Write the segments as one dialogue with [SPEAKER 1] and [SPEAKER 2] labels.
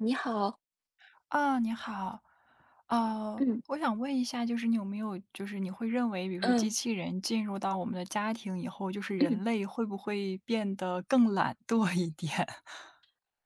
[SPEAKER 1] 你好，
[SPEAKER 2] 啊，你好，
[SPEAKER 1] 嗯
[SPEAKER 2] 我想问一下，就是你有没有，就是你会认为，比如说机
[SPEAKER 1] 嗯
[SPEAKER 2] 器人进入到我们的家庭以后，就是
[SPEAKER 1] 嗯。
[SPEAKER 2] 人类会不会变得更懒惰一点？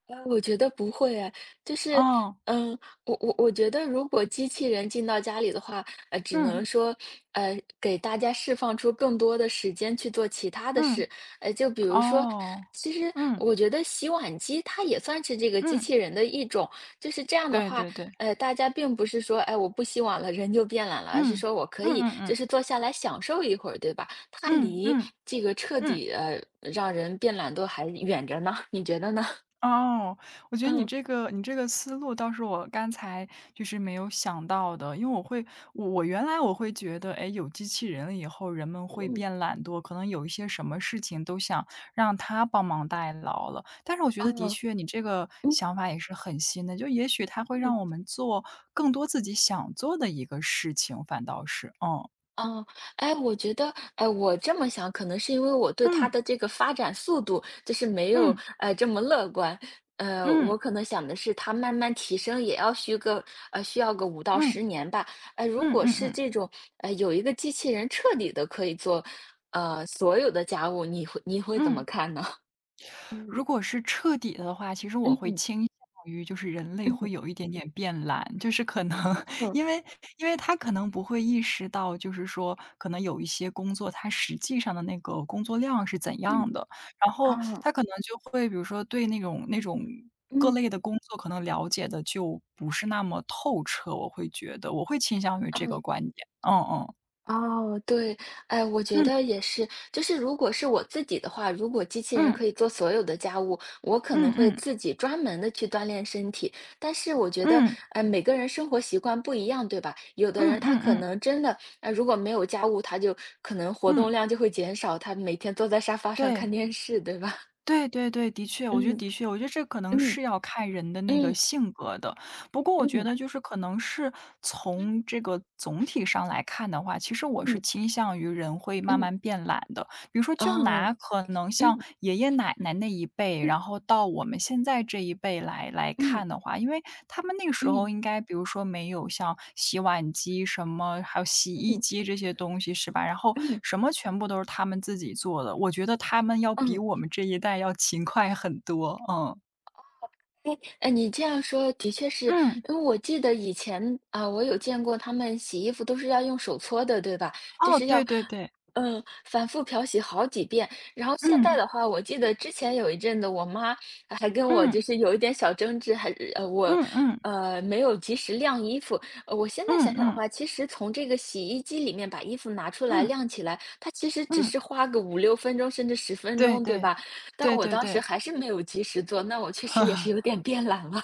[SPEAKER 1] 我觉得不会哎，就是，
[SPEAKER 2] 哦，
[SPEAKER 1] 嗯，我觉得如果机器人进到家里的话，只能
[SPEAKER 2] 嗯
[SPEAKER 1] 说，给大家释放出更多的时间去做其他的事，
[SPEAKER 2] 嗯，
[SPEAKER 1] 就比如说，
[SPEAKER 2] 哦，
[SPEAKER 1] 其实
[SPEAKER 2] 嗯
[SPEAKER 1] 我觉得洗碗机它也算是这个机
[SPEAKER 2] 嗯，
[SPEAKER 1] 器人的一种，就是这样的
[SPEAKER 2] 对
[SPEAKER 1] 话，
[SPEAKER 2] 对对，
[SPEAKER 1] 大家并不是说，哎，我不洗碗了，人就变懒了，而是
[SPEAKER 2] 嗯
[SPEAKER 1] 说我可
[SPEAKER 2] 嗯
[SPEAKER 1] 以
[SPEAKER 2] 嗯
[SPEAKER 1] 就
[SPEAKER 2] 嗯
[SPEAKER 1] 是坐下来享受一会儿，对吧？它
[SPEAKER 2] 嗯
[SPEAKER 1] 离
[SPEAKER 2] 嗯
[SPEAKER 1] 这个彻
[SPEAKER 2] 嗯。
[SPEAKER 1] 底让人变懒惰还远着呢，你觉得呢？
[SPEAKER 2] 哦，我 觉得你
[SPEAKER 1] 嗯。
[SPEAKER 2] 这个你这个思路倒是我刚才就是没有想到的，因为我原来我会觉得，哎，有机器人了以后，人们
[SPEAKER 1] 嗯
[SPEAKER 2] 会
[SPEAKER 1] 嗯，
[SPEAKER 2] 变懒惰，可能有一些什么事情都想让他帮忙代劳了。但是我觉得的
[SPEAKER 1] 哦，
[SPEAKER 2] 确，你这个
[SPEAKER 1] 嗯
[SPEAKER 2] 想法也是很新的，就也许它会
[SPEAKER 1] 嗯，
[SPEAKER 2] 让我们做更多自己想做的一个事情，反倒是，嗯
[SPEAKER 1] 哦，哎，我觉得，哎，我这么想，可能是因为我对它
[SPEAKER 2] 嗯
[SPEAKER 1] 的这个发展速度，就是没有，
[SPEAKER 2] 嗯
[SPEAKER 1] 这么乐观。我
[SPEAKER 2] 嗯
[SPEAKER 1] 可能想的是，它慢慢提升也要需个，呃，需要个五到十
[SPEAKER 2] 嗯
[SPEAKER 1] 年吧。哎，如
[SPEAKER 2] 嗯嗯
[SPEAKER 1] 果
[SPEAKER 2] 嗯
[SPEAKER 1] 是
[SPEAKER 2] 嗯
[SPEAKER 1] 这种，有一个机器人彻底的可以做，所有的家务，你会怎么
[SPEAKER 2] 嗯。
[SPEAKER 1] 看呢？嗯，
[SPEAKER 2] 如果是彻底的话，其实我会
[SPEAKER 1] 嗯，
[SPEAKER 2] 倾向于就是人类会
[SPEAKER 1] 嗯，
[SPEAKER 2] 有一点点变懒，就是可能
[SPEAKER 1] 嗯，
[SPEAKER 2] 因为他可能不会意识到，就是说可能有一些工作，它实际上的那个工作量是怎样
[SPEAKER 1] 嗯，
[SPEAKER 2] 的，然后
[SPEAKER 1] 嗯，
[SPEAKER 2] 他可能就会比如说对那种那种。各
[SPEAKER 1] 嗯。
[SPEAKER 2] 类的工作可能了解的就不是那么透彻，我会觉得我会倾向于这个观点。嗯嗯
[SPEAKER 1] 哦，对，哎，我觉得也是，就是如果是我自己的话，如果机器人
[SPEAKER 2] 嗯
[SPEAKER 1] 可以做所有的家务，我可能
[SPEAKER 2] 嗯
[SPEAKER 1] 会
[SPEAKER 2] 嗯
[SPEAKER 1] 自己专门的去锻炼身体。但是我觉得，
[SPEAKER 2] 嗯嗯
[SPEAKER 1] 每个人生活习惯不一样，对吧？有的
[SPEAKER 2] 嗯
[SPEAKER 1] 人
[SPEAKER 2] 嗯
[SPEAKER 1] 他
[SPEAKER 2] 嗯
[SPEAKER 1] 可
[SPEAKER 2] 嗯，
[SPEAKER 1] 能真的，如果没有家务，他就可能活动
[SPEAKER 2] 嗯
[SPEAKER 1] 量就会减少，他每天坐在沙发上
[SPEAKER 2] 对。
[SPEAKER 1] 看电视，对吧？
[SPEAKER 2] 对对对，的确，我觉得
[SPEAKER 1] 嗯
[SPEAKER 2] 的确，我觉得这可能
[SPEAKER 1] 嗯
[SPEAKER 2] 是要看人的那个
[SPEAKER 1] 嗯
[SPEAKER 2] 性格的。不过我觉
[SPEAKER 1] 嗯
[SPEAKER 2] 得就是可能是从这个总体上来看的话，其实我
[SPEAKER 1] 嗯
[SPEAKER 2] 是倾向于人会慢
[SPEAKER 1] 嗯，
[SPEAKER 2] 慢变懒的。比如说，就
[SPEAKER 1] 哦，
[SPEAKER 2] 拿可能像
[SPEAKER 1] 嗯
[SPEAKER 2] 爷爷奶奶那一辈，
[SPEAKER 1] 嗯
[SPEAKER 2] 然后到我们现在这一辈来
[SPEAKER 1] 嗯
[SPEAKER 2] 看的话，因为他们那个时
[SPEAKER 1] 嗯
[SPEAKER 2] 候应该，比如说没有像洗碗机什么，还有洗衣
[SPEAKER 1] 嗯
[SPEAKER 2] 机这些东西，是吧？然后
[SPEAKER 1] 嗯嗯
[SPEAKER 2] 什么全部都是他们自己做的，我觉得他们要比
[SPEAKER 1] 嗯。
[SPEAKER 2] 我们这一代要勤快很多，嗯。
[SPEAKER 1] 哎，你这样说的确是，
[SPEAKER 2] 嗯，
[SPEAKER 1] 因为我记得以前啊，我有见过他们洗衣服都是要用手搓的，对吧？就
[SPEAKER 2] 哦，
[SPEAKER 1] 是要，
[SPEAKER 2] 对对对，
[SPEAKER 1] 反复漂洗好几遍。然后现在
[SPEAKER 2] 嗯，
[SPEAKER 1] 的话，我记得之前有一阵子，我妈还跟我就
[SPEAKER 2] 嗯，
[SPEAKER 1] 是有一点小争执，还我
[SPEAKER 2] 嗯嗯，
[SPEAKER 1] 没有及时晾衣服。我现在
[SPEAKER 2] 嗯
[SPEAKER 1] 想想的
[SPEAKER 2] 嗯，
[SPEAKER 1] 话，其实从这个洗衣机里面把衣服拿出来
[SPEAKER 2] 嗯
[SPEAKER 1] 晾起来，它其实只
[SPEAKER 2] 嗯，
[SPEAKER 1] 是花个5、6分钟甚至十分
[SPEAKER 2] 对
[SPEAKER 1] 钟，对
[SPEAKER 2] 对，
[SPEAKER 1] 吧？但
[SPEAKER 2] 对
[SPEAKER 1] 我
[SPEAKER 2] 对
[SPEAKER 1] 当时
[SPEAKER 2] 对。
[SPEAKER 1] 还是没有及时做，那我确实也是有 点变懒了。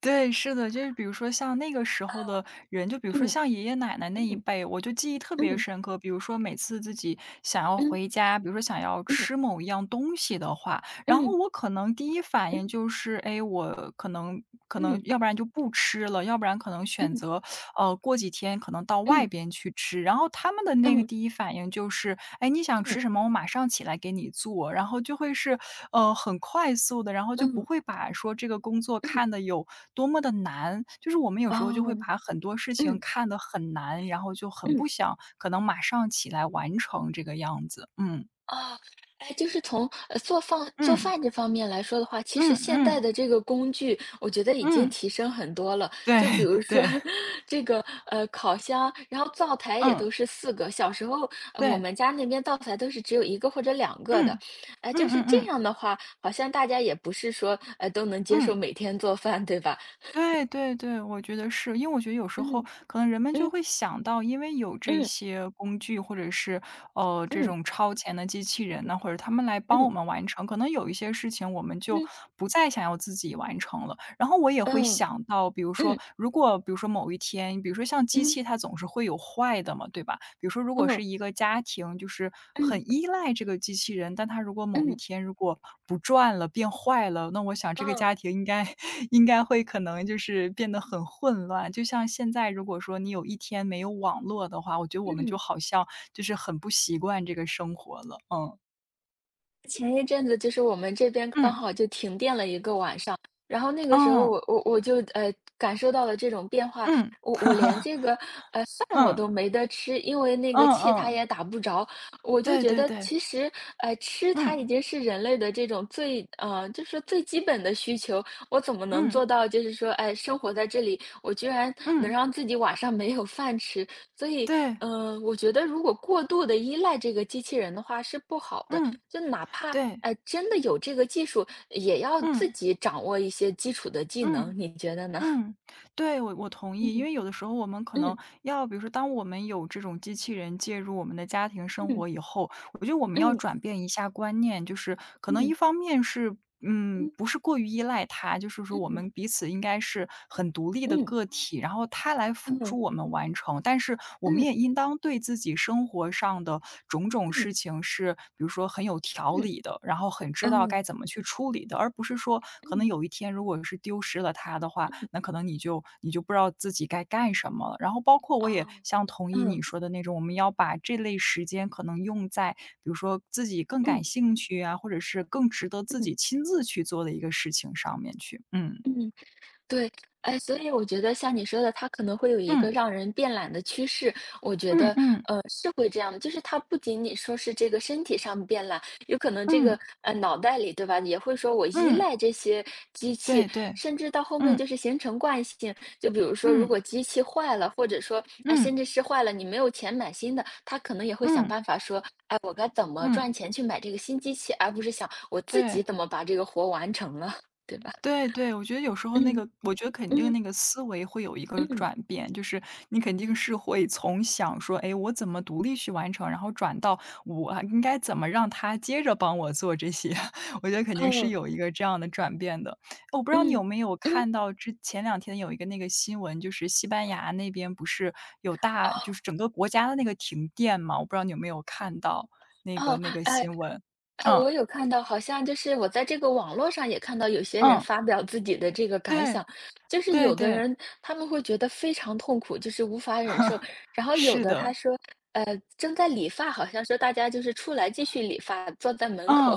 [SPEAKER 2] 对，是的，就是比如说像那个时候的人，就比 如说
[SPEAKER 1] 嗯
[SPEAKER 2] 像爷爷奶奶那一
[SPEAKER 1] 嗯
[SPEAKER 2] 辈，我就记忆特别
[SPEAKER 1] 嗯
[SPEAKER 2] 深刻。比如说每次自己想要
[SPEAKER 1] 嗯
[SPEAKER 2] 回家，比如说想要吃某一样东西的话，然后
[SPEAKER 1] 嗯
[SPEAKER 2] 我可能第一反应
[SPEAKER 1] 嗯
[SPEAKER 2] 就是，哎，我可能
[SPEAKER 1] 嗯
[SPEAKER 2] 要不然就不吃了，要不然可能选
[SPEAKER 1] 嗯
[SPEAKER 2] 择过几天可能到外
[SPEAKER 1] 嗯
[SPEAKER 2] 边去吃。然后他们的那个
[SPEAKER 1] 嗯
[SPEAKER 2] 第一反应就是："哎，你想
[SPEAKER 1] 嗯
[SPEAKER 2] 吃什么？我马上起来给你做。"然后就会是，很快速的，然后就
[SPEAKER 1] 嗯
[SPEAKER 2] 不
[SPEAKER 1] 嗯
[SPEAKER 2] 会把说这个工作
[SPEAKER 1] 嗯，
[SPEAKER 2] 看得有多么的难。就是我们有时候就会
[SPEAKER 1] 哦，
[SPEAKER 2] 把很多事情
[SPEAKER 1] 嗯
[SPEAKER 2] 看得很难，然后就很
[SPEAKER 1] 嗯。
[SPEAKER 2] 不想可能马上起来完成这个样子。嗯，
[SPEAKER 1] 啊，哎，就是从做饭做
[SPEAKER 2] 嗯，
[SPEAKER 1] 饭这方面来说的话，其实
[SPEAKER 2] 嗯
[SPEAKER 1] 现代
[SPEAKER 2] 嗯，
[SPEAKER 1] 的这个工具，我觉得已经
[SPEAKER 2] 嗯，
[SPEAKER 1] 提升很多了。
[SPEAKER 2] 对
[SPEAKER 1] 就比如 说
[SPEAKER 2] 对，
[SPEAKER 1] 这个烤箱，然后灶台也
[SPEAKER 2] 嗯，
[SPEAKER 1] 都是四个。小时候，我
[SPEAKER 2] 对，
[SPEAKER 1] 们家那边灶台都是只有一个或者两个的。
[SPEAKER 2] 嗯，
[SPEAKER 1] 哎，
[SPEAKER 2] 嗯
[SPEAKER 1] 就
[SPEAKER 2] 嗯
[SPEAKER 1] 是
[SPEAKER 2] 嗯，
[SPEAKER 1] 这
[SPEAKER 2] 嗯。
[SPEAKER 1] 样的话，好像大家也不是说都能接受
[SPEAKER 2] 嗯
[SPEAKER 1] 每天做饭，对吧？
[SPEAKER 2] 对对对，我觉得是。因为我觉得有时候
[SPEAKER 1] 嗯
[SPEAKER 2] 可能人们就
[SPEAKER 1] 嗯
[SPEAKER 2] 会想到，因为有这
[SPEAKER 1] 嗯
[SPEAKER 2] 些工具或者是，这
[SPEAKER 1] 嗯
[SPEAKER 2] 种超前的机器人呢，或者他们来帮我
[SPEAKER 1] 嗯
[SPEAKER 2] 们完成，可能有一些事情我们就
[SPEAKER 1] 嗯
[SPEAKER 2] 不再想要自己完成了。然后我也会
[SPEAKER 1] 嗯
[SPEAKER 2] 想到，比如说，
[SPEAKER 1] 嗯
[SPEAKER 2] 如果比如说某一天，比如说像机
[SPEAKER 1] 嗯嗯
[SPEAKER 2] 器它总是会有坏的嘛，对吧？比如说如果
[SPEAKER 1] 嗯
[SPEAKER 2] 是一个家庭，就是很
[SPEAKER 1] 嗯
[SPEAKER 2] 很依赖这个机器人，但它如果某一
[SPEAKER 1] 嗯
[SPEAKER 2] 天如果不转了，变坏了，那我想这个
[SPEAKER 1] 嗯
[SPEAKER 2] 家庭应该 应该会可能就是变得很混乱。就像现在，如果说你有一天没有网络的话，我觉得我们就
[SPEAKER 1] 嗯。
[SPEAKER 2] 好像就是很不习惯这个生活了。嗯
[SPEAKER 1] 前一阵子就是我们这边刚
[SPEAKER 2] 嗯
[SPEAKER 1] 好就停电了一个晚上，然后那个时候
[SPEAKER 2] 嗯
[SPEAKER 1] 我就感受到了这种变化，
[SPEAKER 2] 嗯
[SPEAKER 1] 我连这个饭我都
[SPEAKER 2] 嗯
[SPEAKER 1] 没得吃，因为那
[SPEAKER 2] 嗯
[SPEAKER 1] 个气它也
[SPEAKER 2] 嗯，
[SPEAKER 1] 打不着，我就
[SPEAKER 2] 对
[SPEAKER 1] 觉
[SPEAKER 2] 对
[SPEAKER 1] 得
[SPEAKER 2] 对，
[SPEAKER 1] 其实吃它已
[SPEAKER 2] 嗯
[SPEAKER 1] 经是人类的这种就是说最基本的需求，我怎么能
[SPEAKER 2] 嗯
[SPEAKER 1] 做到就是说哎生活在这里，我居然能
[SPEAKER 2] 嗯，
[SPEAKER 1] 让自己晚上没有饭吃？所以
[SPEAKER 2] 对，
[SPEAKER 1] 我觉得如果过度的依赖这个机器人的话是不好的。
[SPEAKER 2] 嗯
[SPEAKER 1] 就哪怕，
[SPEAKER 2] 对，
[SPEAKER 1] 哎，真的有这个技术，也要自
[SPEAKER 2] 嗯
[SPEAKER 1] 己掌握一些基础的技能，
[SPEAKER 2] 嗯。
[SPEAKER 1] 你觉得呢？
[SPEAKER 2] 嗯，对，我同意。因
[SPEAKER 1] 嗯，
[SPEAKER 2] 为有的时候我们可能
[SPEAKER 1] 嗯，
[SPEAKER 2] 要比如说，当我们有这种机器人介入我们的家庭生
[SPEAKER 1] 嗯，
[SPEAKER 2] 活以后，我觉得我们要
[SPEAKER 1] 嗯，
[SPEAKER 2] 转变一下观念，就是可能
[SPEAKER 1] 嗯，
[SPEAKER 2] 一方面是，嗯，不是过于依赖它，就是说我
[SPEAKER 1] 嗯，
[SPEAKER 2] 们彼此应该是很独立的
[SPEAKER 1] 嗯，嗯，
[SPEAKER 2] 个体，然后它来辅
[SPEAKER 1] 嗯，
[SPEAKER 2] 助我们完成。但是我们
[SPEAKER 1] 嗯，
[SPEAKER 2] 也应当对自己生活上的种种
[SPEAKER 1] 嗯，
[SPEAKER 2] 事情是，比如说很有条
[SPEAKER 1] 嗯，
[SPEAKER 2] 理的，然后很知道
[SPEAKER 1] 嗯，
[SPEAKER 2] 该怎么去处理的，而不是说可能
[SPEAKER 1] 嗯，
[SPEAKER 2] 有一天如果是丢失了它的话，
[SPEAKER 1] 嗯，
[SPEAKER 2] 那可能你就不知道自己该干什么了。然后包括我也
[SPEAKER 1] 啊
[SPEAKER 2] 像同意
[SPEAKER 1] 嗯，
[SPEAKER 2] 你说的那种，我们要把这类时间可能用在比如说自己更
[SPEAKER 1] 嗯，
[SPEAKER 2] 感兴趣啊，或者是更值得自
[SPEAKER 1] 嗯，
[SPEAKER 2] 己亲自去做的一个事情上面去。嗯，
[SPEAKER 1] 嗯。对，哎，所以我觉得像你说的，它可能会有一个
[SPEAKER 2] 嗯，
[SPEAKER 1] 让人变懒的趋势，我觉
[SPEAKER 2] 嗯
[SPEAKER 1] 得，
[SPEAKER 2] 嗯
[SPEAKER 1] 是会这样的。就是它不仅仅说是这个身体上变懒，有可能这个
[SPEAKER 2] 嗯
[SPEAKER 1] 脑袋里，对吧，也会说我依
[SPEAKER 2] 嗯，
[SPEAKER 1] 赖这些机器，
[SPEAKER 2] 对对，
[SPEAKER 1] 甚至到后面
[SPEAKER 2] 嗯
[SPEAKER 1] 就是形成惯性。就比如说，如
[SPEAKER 2] 嗯
[SPEAKER 1] 果机器坏了，或者说哎，
[SPEAKER 2] 嗯
[SPEAKER 1] 甚至是坏了，你没有钱买新的，他可能也会想
[SPEAKER 2] 嗯
[SPEAKER 1] 办法说，哎，我该怎么
[SPEAKER 2] 嗯，
[SPEAKER 1] 赚钱去买这个新机器，而不是想我自己
[SPEAKER 2] 对。
[SPEAKER 1] 怎么把这个活完成了，对吧？
[SPEAKER 2] 对对，我觉得有时候那
[SPEAKER 1] 嗯
[SPEAKER 2] 个我觉得肯定
[SPEAKER 1] 嗯
[SPEAKER 2] 那个思维会有一个
[SPEAKER 1] 嗯。
[SPEAKER 2] 转变，就是你肯定是会从想说，哎，我怎么独立去完成，然后转到我啊应该怎么让他接着帮我做这些，我觉得肯定是
[SPEAKER 1] 嗯，
[SPEAKER 2] 有一个这样的转变的。我不知道你有
[SPEAKER 1] 嗯，
[SPEAKER 2] 没有
[SPEAKER 1] 嗯，
[SPEAKER 2] 看到之前两天有一个那个新闻，就是西班牙那边不是有大就是整个国家的那个停电嘛，我不知道你有没有看到那
[SPEAKER 1] 哦，
[SPEAKER 2] 个
[SPEAKER 1] 哦，
[SPEAKER 2] 那个
[SPEAKER 1] 哎，
[SPEAKER 2] 新闻。
[SPEAKER 1] 哎，
[SPEAKER 2] 嗯，
[SPEAKER 1] 我有看到，好像就是我在这个网络上也看到有些人
[SPEAKER 2] 嗯，
[SPEAKER 1] 发表自己的这个感
[SPEAKER 2] 对，
[SPEAKER 1] 想，就是
[SPEAKER 2] 对
[SPEAKER 1] 有的
[SPEAKER 2] 对。
[SPEAKER 1] 人他们会觉得非常痛苦，就是无法忍受，然后有
[SPEAKER 2] 是
[SPEAKER 1] 的他
[SPEAKER 2] 的，
[SPEAKER 1] 说，呃，正在理发，好像说大家就是出来继续理发，坐在门口，
[SPEAKER 2] 嗯，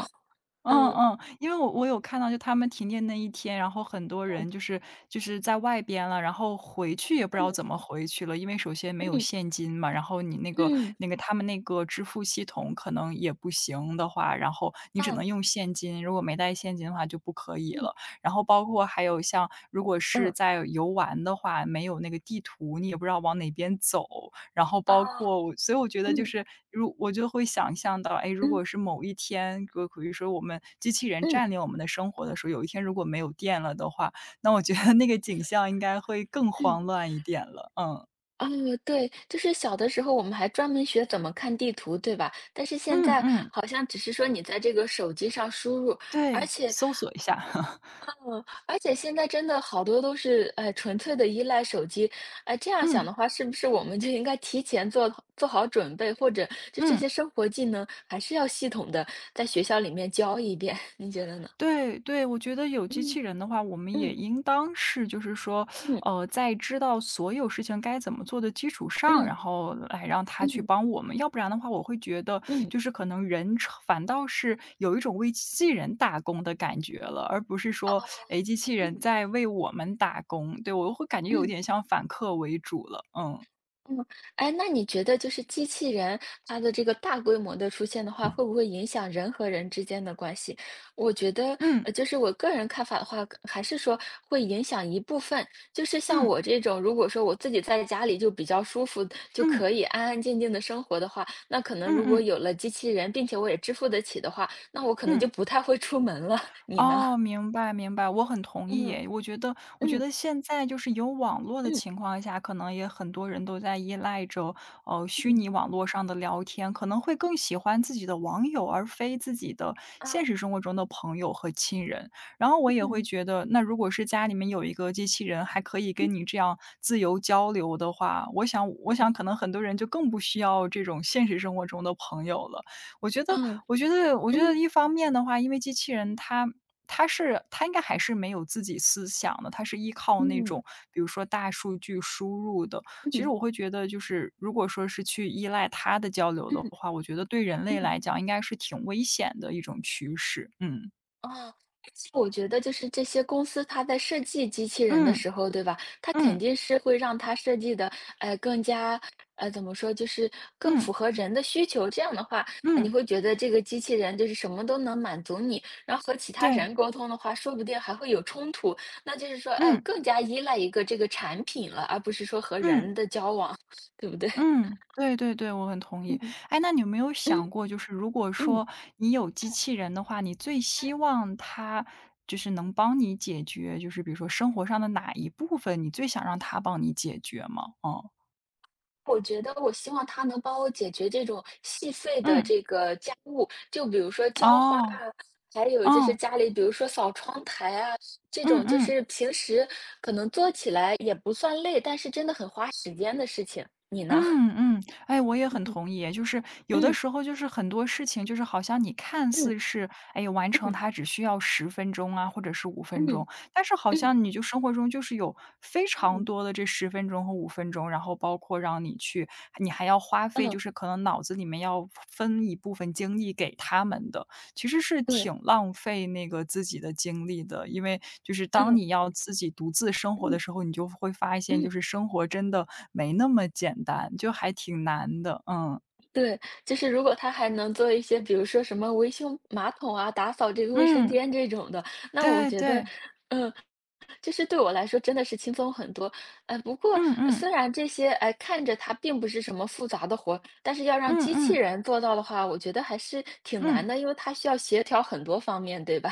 [SPEAKER 2] 嗯
[SPEAKER 1] 嗯，
[SPEAKER 2] 嗯，因为我有看到就他们停电那一天，然后很多
[SPEAKER 1] 嗯，
[SPEAKER 2] 人就是就是在外边了，然后回去也不知道怎么回去了，因为首先没有
[SPEAKER 1] 嗯，
[SPEAKER 2] 现金嘛，然后你那个
[SPEAKER 1] 嗯，
[SPEAKER 2] 那个他们那个支付系统可能也不行的话，然后你
[SPEAKER 1] 嗯，
[SPEAKER 2] 只能
[SPEAKER 1] 嗯，
[SPEAKER 2] 用现金，如果没带现金的话就不可以
[SPEAKER 1] 嗯
[SPEAKER 2] 了。然后包括还有像如果是
[SPEAKER 1] 嗯，
[SPEAKER 2] 在游玩的话，没有那个地图，你也不知道往哪边走，然后
[SPEAKER 1] 啊
[SPEAKER 2] 包括我所以我觉得就
[SPEAKER 1] 嗯，
[SPEAKER 2] 是如我就会想象到，哎，如
[SPEAKER 1] 嗯，
[SPEAKER 2] 果是某一天，如果比如说我们机器人
[SPEAKER 1] 嗯，
[SPEAKER 2] 占领我们的生活的时候，有一天如果没有电了的话，那我觉得那个景象应该会更
[SPEAKER 1] 嗯。
[SPEAKER 2] 慌乱一点了，嗯。
[SPEAKER 1] 哦，对，就是小的时候我们还专门学怎么看地图，对吧？但是现
[SPEAKER 2] 嗯
[SPEAKER 1] 在
[SPEAKER 2] 嗯，
[SPEAKER 1] 好像只是说你在这个手机上输入，而
[SPEAKER 2] 对。
[SPEAKER 1] 且
[SPEAKER 2] 搜索一下。
[SPEAKER 1] 而且现在真的好多都是，纯粹的依赖手机。哎，这样想
[SPEAKER 2] 嗯
[SPEAKER 1] 的话，是不是我们就应该提前做好准备，或者就这
[SPEAKER 2] 嗯。
[SPEAKER 1] 些生活技能还是要系统的在学校里面教一遍，你觉得呢？
[SPEAKER 2] 对对，我觉得有机
[SPEAKER 1] 嗯，
[SPEAKER 2] 器人的话，我们也
[SPEAKER 1] 嗯，
[SPEAKER 2] 应当是就是说，
[SPEAKER 1] 嗯，
[SPEAKER 2] 在知道所有事情该怎么做的基础上，
[SPEAKER 1] 嗯，
[SPEAKER 2] 然后来让它去
[SPEAKER 1] 嗯，
[SPEAKER 2] 帮我们。要不然的话，我会觉得
[SPEAKER 1] 嗯，
[SPEAKER 2] 就是可能人成反倒是有一种为机器人打工的感觉了，而不是说，哎，机器
[SPEAKER 1] 嗯，
[SPEAKER 2] 人
[SPEAKER 1] 嗯
[SPEAKER 2] 在为我们打工。对，我会感觉有
[SPEAKER 1] 嗯。
[SPEAKER 2] 点像反客为主了。嗯。
[SPEAKER 1] 嗯，哎，那你觉得就是机器人它的这个大规模的出现的话，会不会影响人和人之间的关系？我觉得，
[SPEAKER 2] 嗯，
[SPEAKER 1] 就是我个人看法的话，还是说会影响一部分。就是像
[SPEAKER 2] 嗯，
[SPEAKER 1] 我这种，如果说我自己在家里就比较舒服，就
[SPEAKER 2] 嗯，
[SPEAKER 1] 可以安安静静的生活的话，那可能
[SPEAKER 2] 嗯
[SPEAKER 1] 如
[SPEAKER 2] 嗯
[SPEAKER 1] 果
[SPEAKER 2] 嗯。
[SPEAKER 1] 有了机器人，并且我也支付得起的话，那我可能就
[SPEAKER 2] 嗯。
[SPEAKER 1] 不太会出门了。你呢？
[SPEAKER 2] 哦，明白明白，我很同意
[SPEAKER 1] 嗯
[SPEAKER 2] 耶我觉得我觉
[SPEAKER 1] 嗯
[SPEAKER 2] 得现在就是有网络的
[SPEAKER 1] 嗯
[SPEAKER 2] 情况下，可能也很多人都在依赖着，虚
[SPEAKER 1] 嗯
[SPEAKER 2] 拟网络上的聊天，可能会更喜欢自己的网友，而非自己的现
[SPEAKER 1] 啊
[SPEAKER 2] 实生活中的朋友和亲人。然后我也会
[SPEAKER 1] 嗯
[SPEAKER 2] 觉得，那如果是家里面有一个机器人，还可以
[SPEAKER 1] 嗯
[SPEAKER 2] 跟你这样自由交流的话，我想我
[SPEAKER 1] 嗯
[SPEAKER 2] 想可能很多人就更不需要这种现实生活中的朋友了。我觉得，
[SPEAKER 1] 嗯
[SPEAKER 2] 我觉得
[SPEAKER 1] 嗯
[SPEAKER 2] 一方面的话，因为机器人它他是他应该还是没有自己思想的，他是依靠那种比如说大数据输入的。其实
[SPEAKER 1] 嗯
[SPEAKER 2] 我会觉得，就是如果说是去依赖他的交流的
[SPEAKER 1] 嗯。
[SPEAKER 2] 话，我觉得对人类
[SPEAKER 1] 嗯，
[SPEAKER 2] 来讲应该是挺危险的一种趋势。嗯
[SPEAKER 1] 啊，其实我觉得就是这些公司，它在设计机器人的
[SPEAKER 2] 嗯
[SPEAKER 1] 时候，对吧？它肯
[SPEAKER 2] 嗯
[SPEAKER 1] 定是会让它设计的，更加，怎么说，就是更符
[SPEAKER 2] 嗯
[SPEAKER 1] 合人的需求。这样的话，你
[SPEAKER 2] 嗯，
[SPEAKER 1] 会觉得这个机器人就是什么都能满足你，然后和其他
[SPEAKER 2] 对，
[SPEAKER 1] 人沟通的话，说不定还会有冲突。那就是说，哎，我
[SPEAKER 2] 嗯
[SPEAKER 1] 更加依赖一个这个产品了，而不是说和
[SPEAKER 2] 嗯。
[SPEAKER 1] 人的交往，对不对？
[SPEAKER 2] 嗯，对对对，我很同意。
[SPEAKER 1] 嗯
[SPEAKER 2] 哎，那你有没有
[SPEAKER 1] 嗯
[SPEAKER 2] 想过，就是如果
[SPEAKER 1] 嗯。
[SPEAKER 2] 说你有机器人的话，你最希 望它就是能帮你解决，就是比如说生活上的哪一部分，你最想让它帮你解决吗？哦，
[SPEAKER 1] 我觉得我希望他能帮我解决这种细碎的
[SPEAKER 2] 嗯，
[SPEAKER 1] 这个家务，就比如说浇花
[SPEAKER 2] 哦，
[SPEAKER 1] 啊，还有就是
[SPEAKER 2] 哦，
[SPEAKER 1] 家里比如说扫窗台啊，这
[SPEAKER 2] 嗯
[SPEAKER 1] 种就
[SPEAKER 2] 嗯。
[SPEAKER 1] 是平时可能做起来也不算累，但是真的很花时间的事情。你呢？
[SPEAKER 2] 嗯嗯，哎，我也很同意。就是 有的
[SPEAKER 1] 嗯
[SPEAKER 2] 时候，就是很多事情，就是好像你看
[SPEAKER 1] 嗯
[SPEAKER 2] 似是，哎，完成
[SPEAKER 1] 嗯
[SPEAKER 2] 它只需要十分钟啊，或者是五
[SPEAKER 1] 嗯
[SPEAKER 2] 分钟，但是好
[SPEAKER 1] 嗯
[SPEAKER 2] 像你就生活中就是有非常
[SPEAKER 1] 嗯
[SPEAKER 2] 多的这十分钟和五分钟，然后包括让你去，你还要花
[SPEAKER 1] 嗯
[SPEAKER 2] 费，就
[SPEAKER 1] 嗯，
[SPEAKER 2] 是可能脑子里面要分一部分精力给他们的。其实是
[SPEAKER 1] 对，
[SPEAKER 2] 挺浪费那个自己的精力的。因为就是当
[SPEAKER 1] 嗯
[SPEAKER 2] 你要自己独自生活
[SPEAKER 1] 嗯
[SPEAKER 2] 的时候，你就会发现
[SPEAKER 1] 嗯。
[SPEAKER 2] 就是生活真的没那么简单，就还挺难的，嗯。
[SPEAKER 1] 对，就是如果他还能做一些，比如说什么维修马桶啊、打扫这个卫生
[SPEAKER 2] 嗯，
[SPEAKER 1] 间这种的，那我
[SPEAKER 2] 对
[SPEAKER 1] 觉得，
[SPEAKER 2] 对，
[SPEAKER 1] 嗯，就是对我来说真的是轻松很多。不过
[SPEAKER 2] 嗯嗯，
[SPEAKER 1] 虽然这些，哎，看着它并不是什么复杂的活，但是要让
[SPEAKER 2] 嗯
[SPEAKER 1] 机器
[SPEAKER 2] 嗯，
[SPEAKER 1] 人做到的话，我觉得还是挺难
[SPEAKER 2] 嗯。
[SPEAKER 1] 的，因为它需要协调很多方面，对吧？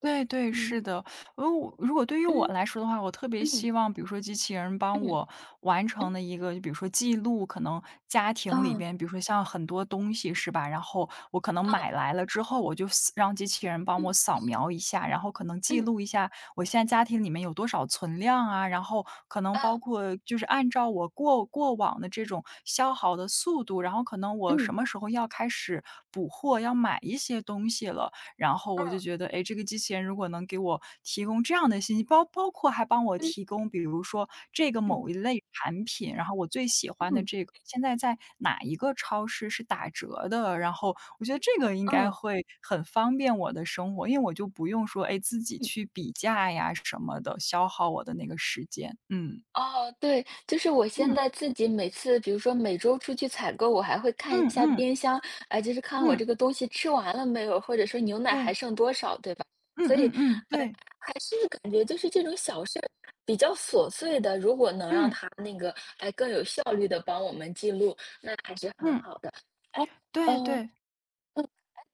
[SPEAKER 2] 对对，
[SPEAKER 1] 嗯
[SPEAKER 2] 是的。我如果对于我
[SPEAKER 1] 嗯
[SPEAKER 2] 来说的话，我特别
[SPEAKER 1] 嗯
[SPEAKER 2] 希望，比如说机器人帮
[SPEAKER 1] 嗯
[SPEAKER 2] 我完成
[SPEAKER 1] 嗯，
[SPEAKER 2] 的一个，就比如说记录，可能家庭里
[SPEAKER 1] 嗯
[SPEAKER 2] 边，比如说像很多东西是吧？然后我可能买来了之后，我就扫让机器人帮我
[SPEAKER 1] 嗯
[SPEAKER 2] 扫描一下，然后可能记
[SPEAKER 1] 嗯嗯
[SPEAKER 2] 录一下我现在家庭里面有多少存量啊，然后可能包括就是按照我过往的这种消耗的速度，然后可能我
[SPEAKER 1] 嗯
[SPEAKER 2] 什
[SPEAKER 1] 嗯
[SPEAKER 2] 么时候要开始补货，要买一些东西了。然后我就
[SPEAKER 1] 嗯
[SPEAKER 2] 觉得，哎，这个机器人如果能给我提供这样的信息，包括还帮我
[SPEAKER 1] 嗯
[SPEAKER 2] 提供，比如说这个
[SPEAKER 1] 嗯
[SPEAKER 2] 某一类产品，然后我最喜欢的
[SPEAKER 1] 嗯
[SPEAKER 2] 这个现在在哪一个超市是打折的，然后我觉得这个应
[SPEAKER 1] 嗯
[SPEAKER 2] 该
[SPEAKER 1] 嗯
[SPEAKER 2] 会很方便我的生活，因为我就不用说，哎，自己
[SPEAKER 1] 嗯。
[SPEAKER 2] 去比价呀什么的，消耗我的那个时间。嗯。
[SPEAKER 1] 哦，对，就是我现在
[SPEAKER 2] 嗯
[SPEAKER 1] 自己每次，比如说每周出去采购，我还会看一
[SPEAKER 2] 嗯
[SPEAKER 1] 下
[SPEAKER 2] 嗯
[SPEAKER 1] 冰箱，哎，就是看我
[SPEAKER 2] 嗯，
[SPEAKER 1] 这个东西吃完了没有，或者说牛奶还
[SPEAKER 2] 对，
[SPEAKER 1] 剩多少，对吧？
[SPEAKER 2] 嗯
[SPEAKER 1] 所以，
[SPEAKER 2] 嗯嗯，
[SPEAKER 1] 呃，
[SPEAKER 2] 对，
[SPEAKER 1] 还是感觉就是这种小事儿，比较琐碎的，如果能让
[SPEAKER 2] 嗯
[SPEAKER 1] 它那个，哎，更有效率的帮我们记录，那还是很
[SPEAKER 2] 嗯，
[SPEAKER 1] 好的。哎，
[SPEAKER 2] 对
[SPEAKER 1] 嗯、
[SPEAKER 2] 对，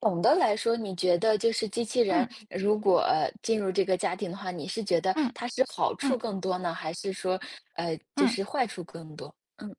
[SPEAKER 1] 总的来说，你觉得就是机器人
[SPEAKER 2] 嗯
[SPEAKER 1] 如果进入这个家庭的话，你是觉得
[SPEAKER 2] 嗯
[SPEAKER 1] 它是好处
[SPEAKER 2] 嗯
[SPEAKER 1] 更多呢，还是说，就
[SPEAKER 2] 嗯。
[SPEAKER 1] 是坏处更多？嗯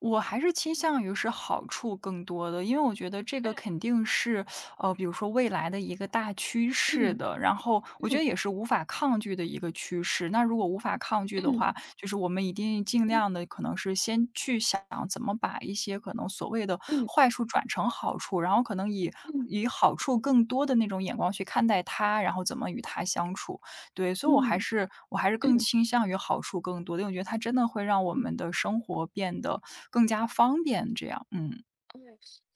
[SPEAKER 2] 我还是倾向于是好处更多的，因为我觉得这个肯定是，比如说未来的一个大趋势
[SPEAKER 1] 嗯
[SPEAKER 2] 的，然后我觉
[SPEAKER 1] 嗯
[SPEAKER 2] 得也是无法抗拒的一个趋势。那如果无法抗拒的
[SPEAKER 1] 嗯
[SPEAKER 2] 话，就是我们一定尽量
[SPEAKER 1] 嗯
[SPEAKER 2] 的，可能是先去想怎么把一些可能所谓的
[SPEAKER 1] 嗯
[SPEAKER 2] 坏处转成好处，然后可能以
[SPEAKER 1] 嗯
[SPEAKER 2] 以好处更多的那种眼光去看待它，然后怎么与它相处。对，所以我还
[SPEAKER 1] 嗯
[SPEAKER 2] 是我还是
[SPEAKER 1] 嗯
[SPEAKER 2] 更
[SPEAKER 1] 嗯
[SPEAKER 2] 倾向于好处更多的，因为我觉得它真的会让我
[SPEAKER 1] 嗯。
[SPEAKER 2] 们的生活变得更加方便这样，嗯。
[SPEAKER 1] 嗯，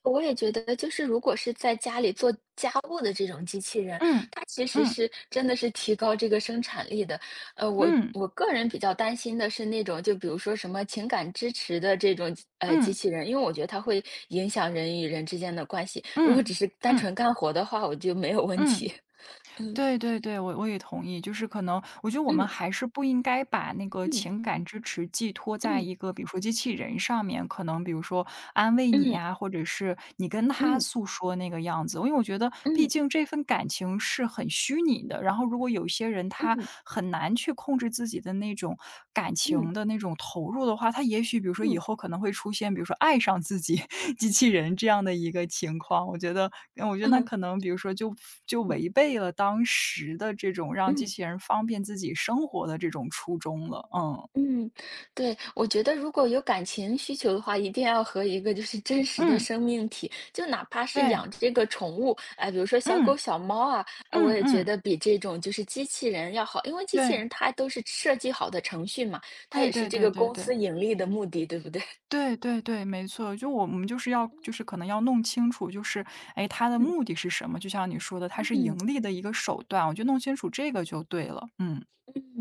[SPEAKER 1] 我也觉得，就是如果是在家里做家务的这种机器人，
[SPEAKER 2] 嗯，
[SPEAKER 1] 它其实
[SPEAKER 2] 嗯，
[SPEAKER 1] 是真的是提高这个生产力的。我
[SPEAKER 2] 嗯，
[SPEAKER 1] 我个人比较担心的是那种，就比如说什么情感支持的这种机
[SPEAKER 2] 嗯，
[SPEAKER 1] 器人，因为我觉得它会影响人与人之间的关系。如果
[SPEAKER 2] 嗯，
[SPEAKER 1] 只是单
[SPEAKER 2] 嗯，
[SPEAKER 1] 纯干活的话，我就没有问
[SPEAKER 2] 嗯，
[SPEAKER 1] 题。嗯
[SPEAKER 2] 对对对，我也同意。就是可能我觉得我们
[SPEAKER 1] 嗯
[SPEAKER 2] 还是不应该把那个
[SPEAKER 1] 嗯
[SPEAKER 2] 情感支持寄托在
[SPEAKER 1] 嗯
[SPEAKER 2] 一个比如说机器人上面，可能比如说安慰你
[SPEAKER 1] 嗯
[SPEAKER 2] 呀，或者是你跟他
[SPEAKER 1] 嗯
[SPEAKER 2] 诉说那个样子。因为我觉得毕
[SPEAKER 1] 嗯
[SPEAKER 2] 竟这份感情是很虚拟的，然后如果有一些人他
[SPEAKER 1] 嗯
[SPEAKER 2] 很难去控制自己的那种感
[SPEAKER 1] 嗯
[SPEAKER 2] 情的那种投入的话，他也许比如说以
[SPEAKER 1] 嗯
[SPEAKER 2] 后可能会出现，比如说爱上自己 机器人这样的一个情况。我觉得嗯我觉得那
[SPEAKER 1] 嗯
[SPEAKER 2] 可能比如说就
[SPEAKER 1] 嗯嗯
[SPEAKER 2] 违背了当时的这种让机
[SPEAKER 1] 嗯。
[SPEAKER 2] 器人方便自己生活的这种初衷了。嗯，
[SPEAKER 1] 嗯，对，我觉得如果有感情需求的话，一定要和一个就是真实的
[SPEAKER 2] 嗯，
[SPEAKER 1] 生命体，就哪怕是
[SPEAKER 2] 对，
[SPEAKER 1] 养这个宠物，哎，比如说小狗、
[SPEAKER 2] 嗯，
[SPEAKER 1] 小猫啊，哎，我
[SPEAKER 2] 嗯
[SPEAKER 1] 也觉
[SPEAKER 2] 嗯，
[SPEAKER 1] 得比这种就是机器人要好，因为机器
[SPEAKER 2] 对，
[SPEAKER 1] 人它都是设计好的程序嘛，它也
[SPEAKER 2] 对
[SPEAKER 1] 是
[SPEAKER 2] 对
[SPEAKER 1] 这个
[SPEAKER 2] 对对
[SPEAKER 1] 公
[SPEAKER 2] 对
[SPEAKER 1] 司
[SPEAKER 2] 对。
[SPEAKER 1] 盈利的目的，对不对？
[SPEAKER 2] 对对对，没错，就我们就是要就是可能要弄清楚，就是哎，它的
[SPEAKER 1] 嗯
[SPEAKER 2] 目的是什么？就像你说的，它
[SPEAKER 1] 嗯
[SPEAKER 2] 是盈
[SPEAKER 1] 嗯
[SPEAKER 2] 利的一个手段，我觉得弄清楚这个就对了。嗯。
[SPEAKER 1] 嗯。